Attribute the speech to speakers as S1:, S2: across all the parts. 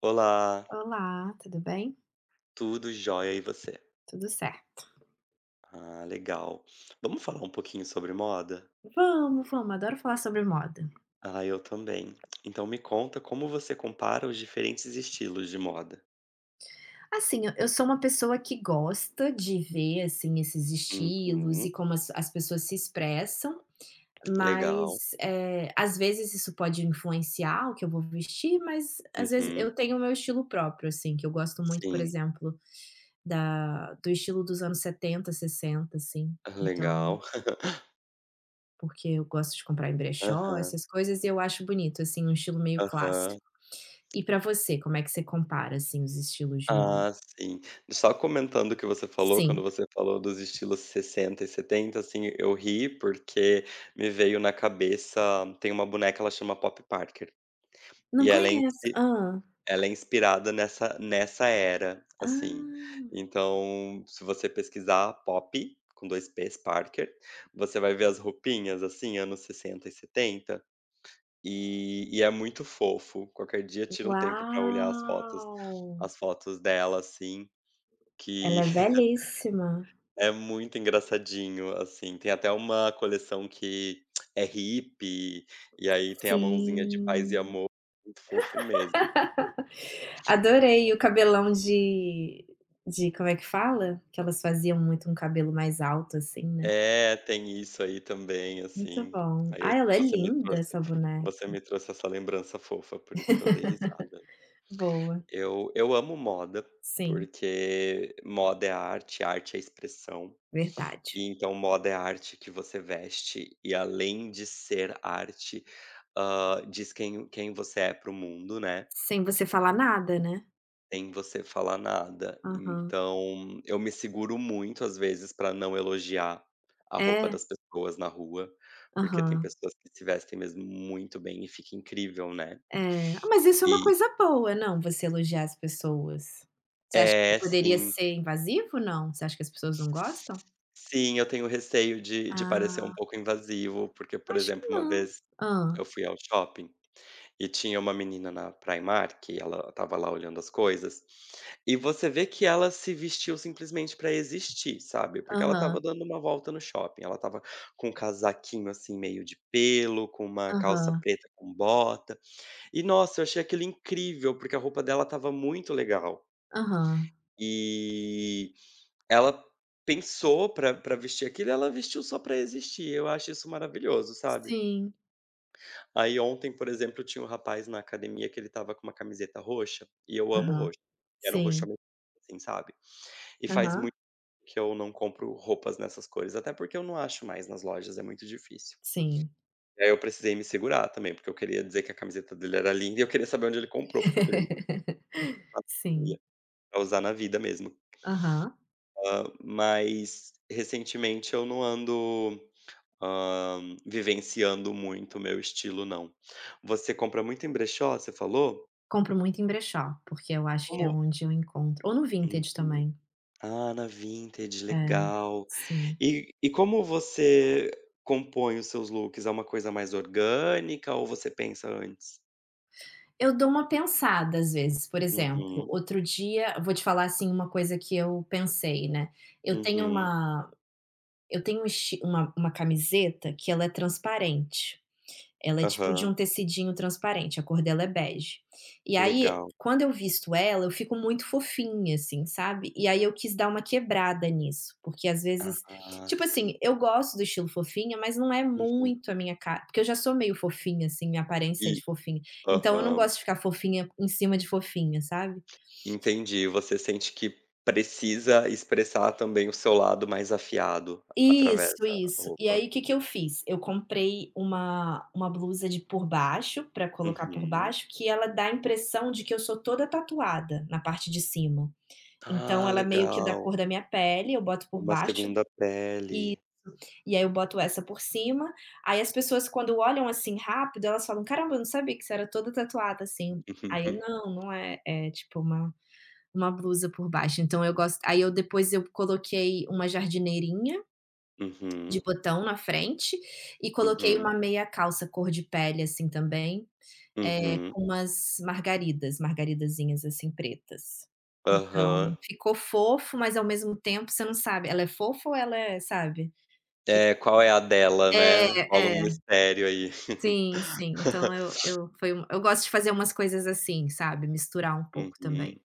S1: Olá,
S2: Olá, tudo bem?
S1: tudo jóia e você?
S2: Tudo certo.
S1: Ah, legal. Vamos falar um pouquinho sobre moda?
S2: Vamos, vamos, adoro falar sobre moda.
S1: Ah, eu também. Então me conta como você compara os diferentes estilos de moda.
S2: Assim, eu sou uma pessoa que gosta de ver, assim, esses estilos e
S1: Uhum,
S2: como as pessoas se expressam,
S1: legal.
S2: mas, eh, às vezes isso pode influenciar o que eu vou vestir, mas às vezes
S1: Uhum,
S2: eu tenho o meu estilo próprio, assim, que eu gosto muito, por
S1: sim,
S2: exemplo, da do estilo dos anos 70, 60, assim. Então,
S1: legal.
S2: porque eu gosto de comprar em brechó,
S1: Aham,
S2: essas coisas, e eu acho bonito, assim, um estilo meio
S1: aham.
S2: clássico. E pra você, como é que você compara, assim, os estilos de moda?
S1: Ah, sim. Só comentando o que você falou,
S2: Sim.
S1: quando você falou dos estilos 60 e 70, assim, eu ri porque me veio na cabeça, tem uma boneca, ela chama Pop Parker,
S2: Não
S1: e ela é
S2: conheço. Hã.
S1: Ela é inspirada nessa era,
S2: Ah,
S1: assim. Então, se você pesquisar pop com 2 P's, Parker, você vai ver as roupinhas, assim, anos 60 e 70 e é muito fofo. Qualquer dia tira um tempo pra olhar as fotos
S2: uau!
S1: as fotos dela, assim,
S2: Ela
S1: que
S2: é belíssima.
S1: é muito engraçadinho, assim. Tem até uma coleção que é hippie, e aí tem a mãozinha de paz e
S2: Sim.
S1: amor, muito fofo mesmo.
S2: Adorei o cabelão de como é que fala? Que elas faziam muito um cabelo mais alto, assim, né.
S1: É, tem isso aí também,
S2: Muito
S1: assim.
S2: bom.
S1: Aí
S2: Ah,
S1: eu
S2: ela é linda essa
S1: você
S2: boneca.
S1: me trouxe essa lembrança fofa, por isso que eu dei risada.
S2: Boa.
S1: Eu amo moda,
S2: Sim,
S1: porque moda é arte, arte é expressão.
S2: verdade.
S1: E então moda é arte que você veste e, além de ser arte, diz quem você é para o mundo, né.
S2: Sem você falar nada, né.
S1: Sem você falar nada.
S2: Aham.
S1: Então, eu me seguro muito, às vezes, para não elogiar a roupa
S2: É.
S1: das pessoas na rua, porque tem
S2: Aham.
S1: pessoas que se vestem mesmo muito bem e fica incrível, né.
S2: É. Ah, mas isso é uma
S1: E
S2: coisa boa, não, você elogiar as pessoas. Você acha que
S1: É,
S2: poderia
S1: sim.
S2: ser invasivo, não? Você acha que as pessoas não gostam?
S1: Sim, eu tenho receio de parecer um
S2: Ah,
S1: pouco invasivo, porque, por
S2: acho que
S1: exemplo, uma
S2: não.
S1: vez
S2: Ah,
S1: eu fui ao shopping. E tinha uma menina na Primark, que ela estava lá olhando as coisas, e você vê que ela se vestiu simplesmente pra existir, sabe, porque ela estava
S2: aham,
S1: dando uma volta no shopping, ela estava com um casaquinho, assim, meio de pelo, com uma calça
S2: aham,
S1: preta com bota, e nossa, eu achei aquilo incrível, porque a roupa dela estava muito legal.
S2: aham.
S1: E ela pensou pra vestir aquilo e ela vestiu só pra existir, eu acho isso maravilhoso, sabe.
S2: Sim.
S1: Aí ontem, por exemplo, tinha um rapaz na academia que ele estava com uma camiseta roxa, e eu amo
S2: Aham.
S1: roxo. Era um roxo
S2: Sim.
S1: americano, assim, sabe. E faz muito
S2: Aham.
S1: que eu não compro roupas nessas cores, até porque eu não acho mais nas lojas, é muito difícil.
S2: Sim.
S1: E aí eu precisei me segurar também, porque eu queria dizer que a camiseta dele era linda e eu queria saber onde ele comprou, porque eu queria usar na
S2: Sim.
S1: academia, pra usar na vida mesmo.
S2: Aham.
S1: Mas recentemente eu não ando, vivenciando muito o meu estilo não. Você compra muito em brechó, você falou?
S2: Compro muito em brechó, porque eu acho que é
S1: Como
S2: onde eu encontro ou no vintage
S1: Uhum.
S2: também.
S1: Ah, na vintage,
S2: É,
S1: legal.
S2: sim.
S1: E como você compõe os seus looks? É uma coisa mais orgânica ou você pensa antes?
S2: Eu dou uma pensada às vezes, por exemplo,
S1: Uhum,
S2: outro dia vou te falar, assim, uma coisa que eu pensei, né, eu tenho
S1: uhum,
S2: uma eu tenho um esti uma camiseta que ela é transparente. Ela é tipo de
S1: aham,
S2: um tecidinho transparente, a cor dela é bege. E aí,
S1: legal.
S2: quando eu visto ela, eu fico muito fofinha, assim, sabe. E aí eu quis dar uma quebrada nisso, porque às vezes
S1: Ah,
S2: tipo
S1: sim.
S2: assim, eu gosto do estilo fofinha, mas não é
S1: Uhum.
S2: muito a minha cara, porque eu já sou meio fofinha, assim, minha aparência
S1: E
S2: é de fofinha, então eu não
S1: aham,
S2: gosto de ficar fofinha em cima de fofinha, sabe.
S1: entendi. Você sente que precisa expressar também o seu lado mais afiado através
S2: Isso,
S1: da
S2: isso. E aí,
S1: roupa.
S2: o que que eu fiz? Eu comprei uma blusa de por baixo, para colocar por
S1: Uhum.
S2: baixo, que ela dá a impressão de que eu sou toda tatuada na parte de cima. Então
S1: Ah,
S2: ela é meio que da cor
S1: legal.
S2: da minha pele, eu boto por
S1: Uma
S2: baixo,
S1: segunda pele.
S2: e aí eu boto essa por cima, aí as pessoas quando olham, assim, rápido, elas falam: "Caramba, eu não sabia que você era toda tatuada assim". Aí eu: "Não, não é, é tipo uma blusa por baixo". Então eu gosto aí eu depois eu coloquei uma jardineirinha de
S1: Uhum.
S2: botão na frente, e coloquei
S1: Uhum,
S2: uma meia calça cor de pele, assim, também, eh,
S1: uhum,
S2: com umas margaridas, margaridazinhas, assim, pretas.
S1: aham.
S2: Então, ficou fofo, mas ao mesmo tempo você não sabe, ela é fofa ou ela é sabe?
S1: É, qual é a dela,
S2: É,
S1: né? Rola um
S2: é.
S1: mistério aí.
S2: Sim, sim. Então eu foi um eu gosto de fazer umas coisas assim, sabe, misturar um pouco também.
S1: Uhum,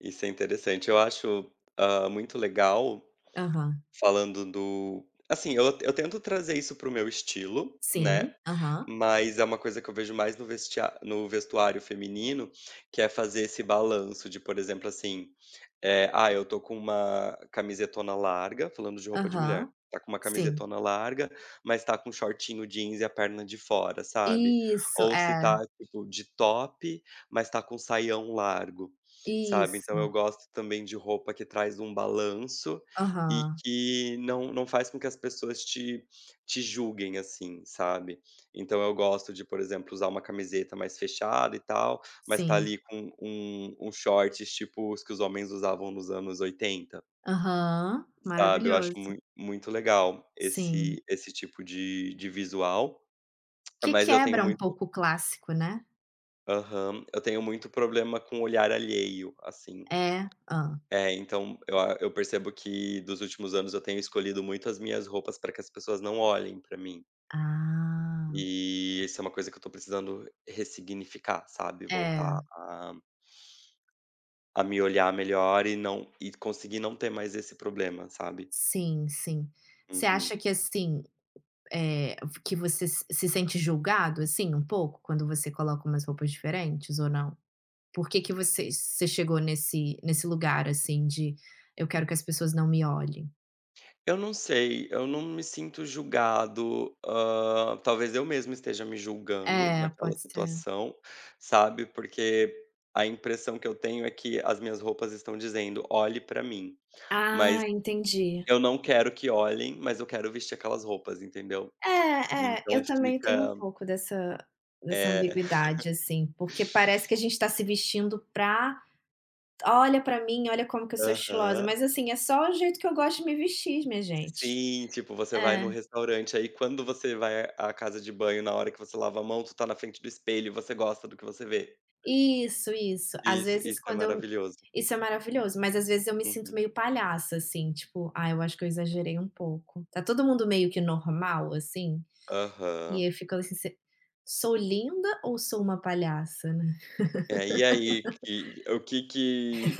S1: isso é interessante. Eu acho, muito legal
S2: Aham.
S1: falando do assim, eu tento trazer isso para o meu estilo, né,
S2: Sim. Aham.
S1: mas é uma coisa que eu vejo mais no vestia no vestuário feminino, que é fazer esse balanço de, por exemplo, assim. É, ah, eu tô com uma camisetona larga, falando de roupa de mulher.
S2: Aham.
S1: Tá com uma
S2: Sim.
S1: camisetona larga, mas tá com shortinho jeans e a perna de fora, sabe?
S2: Isso,
S1: Ou se
S2: é.
S1: tá, tipo, de top, mas tá com saião largo, sabe? Então
S2: Isso.
S1: eu gosto também de roupa que traz um balanço e
S2: Aham.
S1: que não, não faz com que as pessoas te julguem assim, sabe? Então eu gosto de, por exemplo, usar uma camiseta mais fechada e tal, mas tá
S2: Sim.
S1: ali com uns shorts tipo os que os homens usavam nos anos 80,
S2: Aham,
S1: sabe. Eu acho
S2: maravilhoso.
S1: muito legal
S2: Sim.
S1: esse tipo de visual,
S2: Que
S1: mas eu tenho
S2: quebra um
S1: muito
S2: pouco o clássico, né.
S1: aham. Eu tenho muito problema com olhar alheio, assim.
S2: É. Hã.
S1: É, então eu percebo que dos últimos anos eu tenho escolhido muito as minhas roupas para que as pessoas não olhem pra mim.
S2: Ah.
S1: E isso é uma coisa que eu tô precisando ressignificar, sabe, voltar
S2: É.
S1: a me olhar melhor e conseguir não ter mais esse problema, sabe.
S2: Sim, sim. Você
S1: Uhum.
S2: acha que, assim, eh, que você se sente julgado, assim, um pouco, quando você coloca umas roupas diferentes ou não? Por que que você chegou nesse lugar, assim, de: "Eu quero que as pessoas não me olhem"?
S1: Eu não sei, eu não me sinto julgado, talvez eu mesmo esteja me julgando
S2: É,
S1: naquela
S2: pode ser.
S1: situação, sabe, porque a impressão que eu tenho é que as minhas roupas estão dizendo: "Olhe pra mim", mas
S2: Ah, entendi.
S1: eu não quero que olhem, mas eu quero vestir aquelas roupas, entendeu.
S2: É, é,
S1: Então
S2: eu também tenho um
S1: fica
S2: pouco dessa
S1: é.
S2: ambiguidade, assim, porque parece que a gente tá se vestindo pra: "Olha pra mim, olha como que eu sou estilosa",
S1: Aham.
S2: mas assim, é só o jeito que eu gosto de me vestir, minha gente.
S1: Sim, tipo, você vai
S2: É,
S1: no restaurante, aí quando você vai à casa de banho, na hora que você lava a mão, tu tá na frente do espelho e você gosta do que você vê.
S2: isso, isso. Às
S1: Isso,
S2: vezes
S1: isso é
S2: quando eu
S1: maravilhoso.
S2: isso é maravilhoso, mas às vezes eu me sinto
S1: Uhum.
S2: meio palhaça, assim, tipo: "Ah, eu acho que eu exagerei um pouco". Tá todo mundo meio que normal, assim,
S1: Aham.
S2: e eu fico assim: "Se sou linda ou sou uma palhaça, né?".
S1: É, e aí, que o que que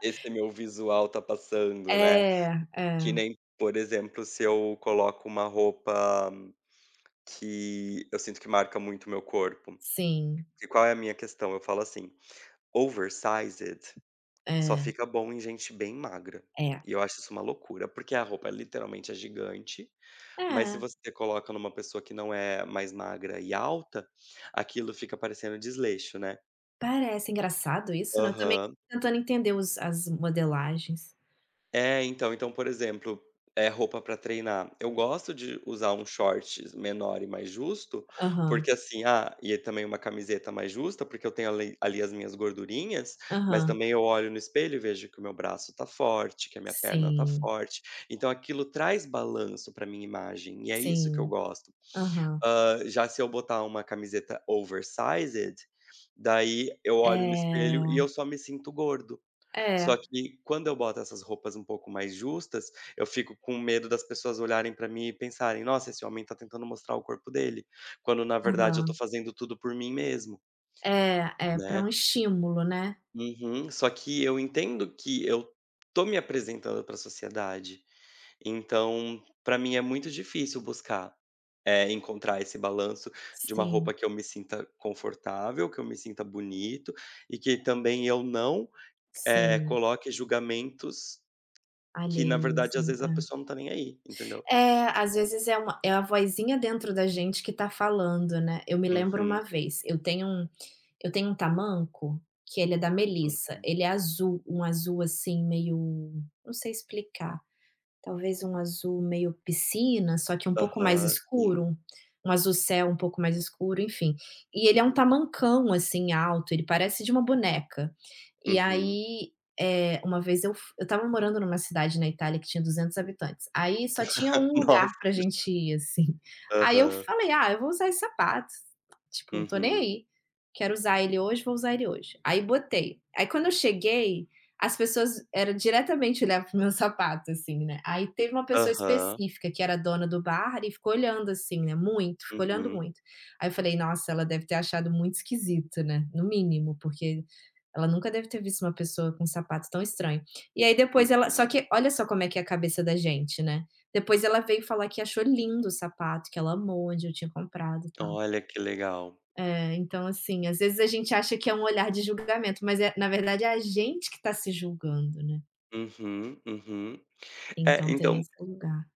S1: esse meu visual tá passando, né?
S2: É,
S1: Que
S2: é.
S1: nem, por exemplo, se eu coloco uma roupa que eu sinto que marca muito o meu corpo.
S2: Sim,
S1: E qual é a minha questão? Eu falo assim: oversized só
S2: é,
S1: fica bom em gente bem magra.
S2: é.
S1: E eu acho isso uma loucura, porque a roupa literalmente é gigante, mas se
S2: É,
S1: você coloca numa pessoa que não é mais magra e alta, aquilo fica parecendo desleixo, né.
S2: parece engraçado isso, né, eu também
S1: Aham.
S2: tô tentando entender os as modelagens.
S1: É, então, por exemplo, é roupa para treinar, eu gosto de usar um short menor e mais justo,
S2: Aham,
S1: porque assim ah, e é também uma camiseta mais justa, porque eu tenho ali as minhas gordurinhas, mas
S2: aham.
S1: também eu olho no espelho e vejo que o meu braço tá forte, que a minha perna tá
S2: Sim,
S1: forte, então aquilo traz balanço para minha imagem, e é isso que eu
S2: sim.
S1: gosto.
S2: Aham.
S1: Já se eu botar uma camiseta oversized, daí eu olho no espelho e
S2: É,
S1: eu só me sinto gordo.
S2: é,
S1: Só que quando eu boto essas roupas um pouco mais justas, eu fico com medo das pessoas olharem pra mim e pensarem: "Nossa, esse homem tá tentando mostrar o corpo dele", quando na verdade eu tô
S2: aham.
S1: fazendo tudo por mim mesmo,
S2: É, é para
S1: né.
S2: um estímulo, né.
S1: Uhum. Só que eu entendo que eu tô me apresentando pra sociedade, então pra mim é muito difícil buscar, encontrar esse balanço de uma
S2: Sim,
S1: roupa que eu me sinta confortável, que eu me sinta bonito e que também eu não,
S2: sim.
S1: coloque julgamentos que na
S2: Alheios,
S1: verdade, às
S2: né,
S1: vezes, a
S2: é.
S1: pessoa não tá nem aí, entendeu?
S2: É, às vezes é uma é a vozinha dentro da gente que tá falando, né. Eu me lembro
S1: Uhum,
S2: uma vez, eu tenho um eu tenho um tamanco que ele é da
S1: hum,
S2: Melissa, ele é azul, um azul, assim, meio não sei explicar. Talvez um azul meio piscina, só que um pouco mais
S1: aham, sim,
S2: escuro, um azul céu um pouco mais escuro, enfim. E ele é um tamancão, assim, alto, ele parece de uma boneca. E
S1: uhum.
S2: aí, eh, uma vez eu estava morando numa cidade na Itália que tinha 200 habitantes, aí só tinha um lugar
S1: Nossa,
S2: pra gente ir, assim. Aí eu
S1: aham,
S2: falei: "Ah, eu vou usar esse sapato, tipo, tô nem
S1: uhum,
S2: aí, quero usar ele hoje, vou usar ele hoje". Aí botei. Aí quando eu cheguei as pessoas era diretamente olhar pro meu sapato, assim, né. Aí teve uma pessoa
S1: aham,
S2: específica que era dona do bar e ficou olhando, assim, né, muito, ficou olhando
S1: uhum,
S2: muito. Aí eu falei: "Nossa, ela deve ter achado muito esquisito, né, no mínimo, porque ela nunca deve ter visto uma pessoa com um sapato tão estranho". E aí depois ela
S1: uhum.
S2: só que olha só como é que é a cabeça da gente, né. Depois ela veio falar que achou lindo o sapato, que ela amou onde eu tinha comprado e tal.
S1: Olha que legal.
S2: É, então assim, às vezes a gente acha que é um olhar de julgamento, mas na verdade é a gente que está se julgando, né.
S1: Uhum, uhum. É,
S2: Então tem
S1: então,
S2: esse lugar.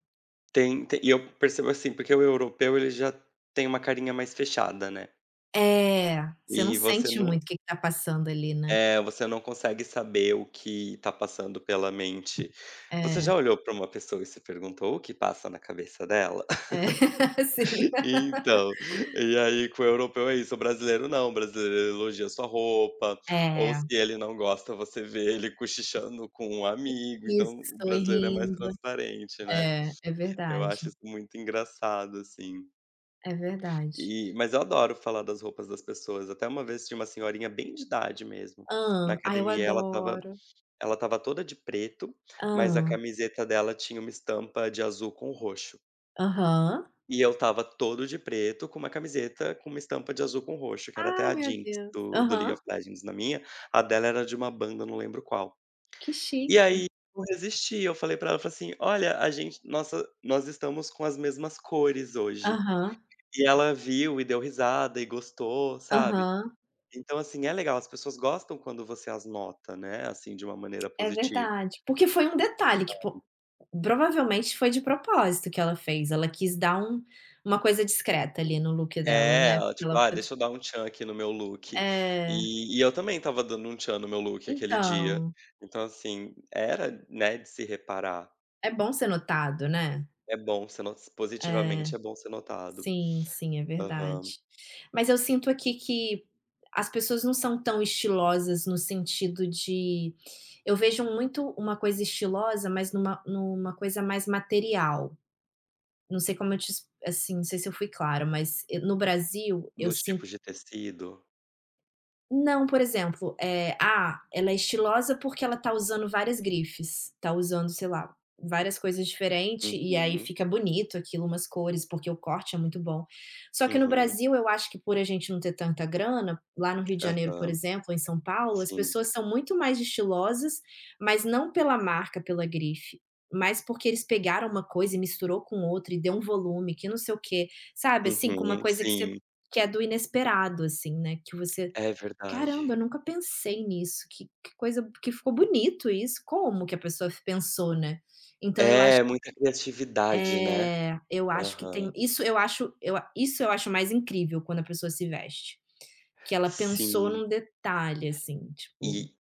S1: tem e eu percebo assim, porque o europeu ele já tem uma carinha mais fechada, né.
S2: É, você não
S1: E você
S2: sente
S1: não
S2: muito o que que tá passando ali, né.
S1: Você não consegue saber o que tá passando pela mente. Você
S2: É,
S1: já olhou pra uma pessoa e se perguntou o que passa na cabeça dela?
S2: é, sim.
S1: Então, e aí com o europeu é isso, o brasileiro não, o brasileiro ele elogia sua roupa, ou
S2: É,
S1: se ele não gosta, você vê ele cochichando com um amigo,
S2: isso,
S1: então o
S2: estou
S1: brasileiro é mais
S2: rindo.
S1: transparente, né.
S2: É, é
S1: Eu acho
S2: verdade,
S1: isso muito engraçado, assim.
S2: é verdade.
S1: Mas eu adoro falar das roupas das pessoas, até uma vez tinha uma senhorinha bem de idade mesmo, na
S2: Ah, ah, eu
S1: academia, ela estava
S2: adoro.
S1: ela estava toda de preto, mas a
S2: Ah.
S1: camiseta dela tinha uma estampa de azul com roxo.
S2: Aham.
S1: E eu estava todo de preto com uma camiseta com uma estampa de azul com roxo, que era até
S2: Ah,
S1: a
S2: meu
S1: Jinx
S2: Deus.
S1: do League
S2: Aham.
S1: of Legends na minha, a dela era de uma banda, não lembro qual.
S2: Que
S1: E
S2: chique.
S1: aí eu resisti, eu falei pra ela, falei assim: "Olha, a gente nossa, nós estamos com as mesmas cores hoje".
S2: Aham,
S1: E ela viu e deu risada e gostou, sabe.
S2: aham.
S1: Então, assim, é legal, as pessoas gostam quando você as nota, né, assim, de uma maneira
S2: É
S1: positiva.
S2: verdade. Porque foi um detalhe que po provavelmente foi de propósito que ela fez, ela quis dar um uma coisa discreta ali no look dela,
S1: É,
S2: né,
S1: ela
S2: porque
S1: tipo:
S2: ela
S1: "Ah, deixa eu dar um tchan aqui no meu look".
S2: é,
S1: E eu também estava dando um tchan no meu look aquele dia.
S2: então,
S1: Então assim, era, né, de se reparar.
S2: é bom ser notado, né.
S1: É bom ser no
S2: É,
S1: Positivamente, é bom ser notado.
S2: sim, sim, é
S1: Aham.
S2: verdade. Mas eu sinto aqui que as pessoas não são tão estilosas no sentido de eu vejo muito uma coisa estilosa, mas numa coisa mais material. Não sei como eu te ex assim, não sei se eu fui clara, mas eh, no Brasil eu
S1: Nos
S2: sinto
S1: tipos de tecido.
S2: não, por exemplo, eh, "Ah, ela é estilosa porque ela tá usando várias grifes, tá usando, sei lá, várias coisas diferentes e aí
S1: Uhum,
S2: fica bonito aquilo, umas cores, porque o corte é muito bom". Só que no
S1: uhum,
S2: Brasil, eu acho que por a gente não ter tanta grana, lá no Rio de Janeiro, por
S1: aham,
S2: exemplo, em São Paulo, as
S1: sim.
S2: pessoas são muito mais estilosas, mas não pela marca, pela grife, mas porque eles pegaram uma coisa e misturou com outra e deu um volume que não sei o quê, sabe, assim, com uma
S1: Uhum,
S2: coisa que você
S1: sim.
S2: que é do inesperado, assim, né, que você
S1: É
S2: "Caramba,
S1: verdade.
S2: eu nunca pensei nisso, que coisa que ficou bonito isso, como que a pessoa pensou, né". Então eu acho
S1: É, muita criatividade, né.
S2: é, eu acho que
S1: Aham.
S2: tem isso eu acho mais incrível quando a pessoa se veste, que ela pensou
S1: Sim.
S2: num detalhe, assim, tipo
S1: E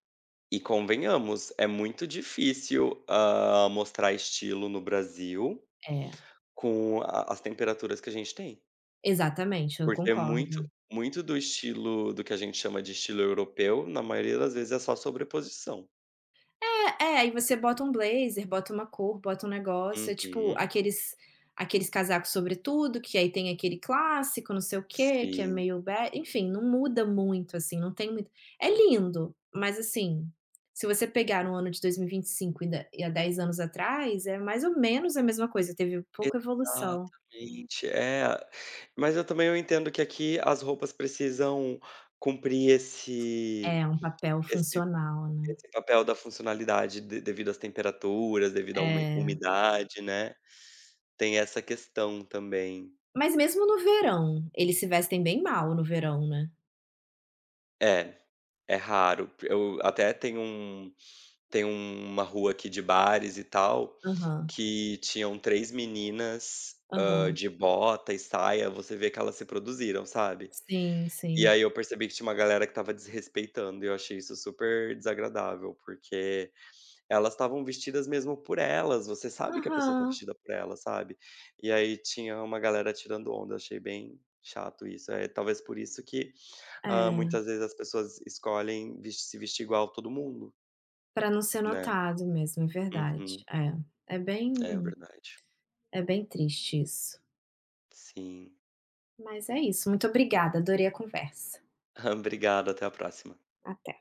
S1: E convenhamos, é muito difícil, mostrar estilo no Brasil
S2: é,
S1: com a as temperaturas que a gente tem.
S2: exatamente, eu
S1: Porque muito
S2: concordo.
S1: muito do estilo do que a gente chama de estilo europeu, na maioria das vezes é só sobreposição.
S2: É, é, aí você bota um blazer, bota uma cor, bota um negócio, é tipo
S1: Uhum.
S2: aqueles casacos sobretudo, que aí tem aquele clássico, não sei o quê, que é
S1: Sim.
S2: meio be enfim, não muda muito, assim, não tem muito é lindo, mas assim, se você pegar um ano de 2025 e vinte e cinco e da e há 10 anos atrás, é mais ou menos a mesma coisa, teve pouca evolução.
S1: Exatamente. É. Mas eu também eu entendo que aqui as roupas precisam cumprir
S2: É, um papel
S1: esse
S2: funcional, né.
S1: esse papel da funcionalidade de devido às temperaturas, devido à
S2: É.
S1: umidade, né. Tem essa questão também.
S2: Mas mesmo no verão, eles se vestem bem mal no verão, né.
S1: É, é raro. Eu até tem uma rua aqui de bares e tal,
S2: Aham,
S1: que tinham 3 meninas,
S2: aham.
S1: de bota e saia, você vê que elas se produziram, sabe.
S2: Sim,
S1: E
S2: sim.
S1: aí eu percebi que tinha uma galera que estava desrespeitando e eu achei isso super desagradável, porque elas estavam vestidas mesmo por elas, você sabe que a pessoa está
S2: Aham.
S1: vestida por ela, sabe. E aí tinha uma galera tirando onda, achei bem chato isso. É talvez por isso que,
S2: É,
S1: muitas vezes as pessoas escolhem ves se vestir igual todo mundo,
S2: para não ser
S1: né.
S2: notado mesmo, é verdade.
S1: Uhum.
S2: É,
S1: É verdade.
S2: é bem triste isso.
S1: Sim.
S2: Mas é isso, muito obrigada, adorei a conversa.
S1: Obrigado, até a próxima.
S2: Até.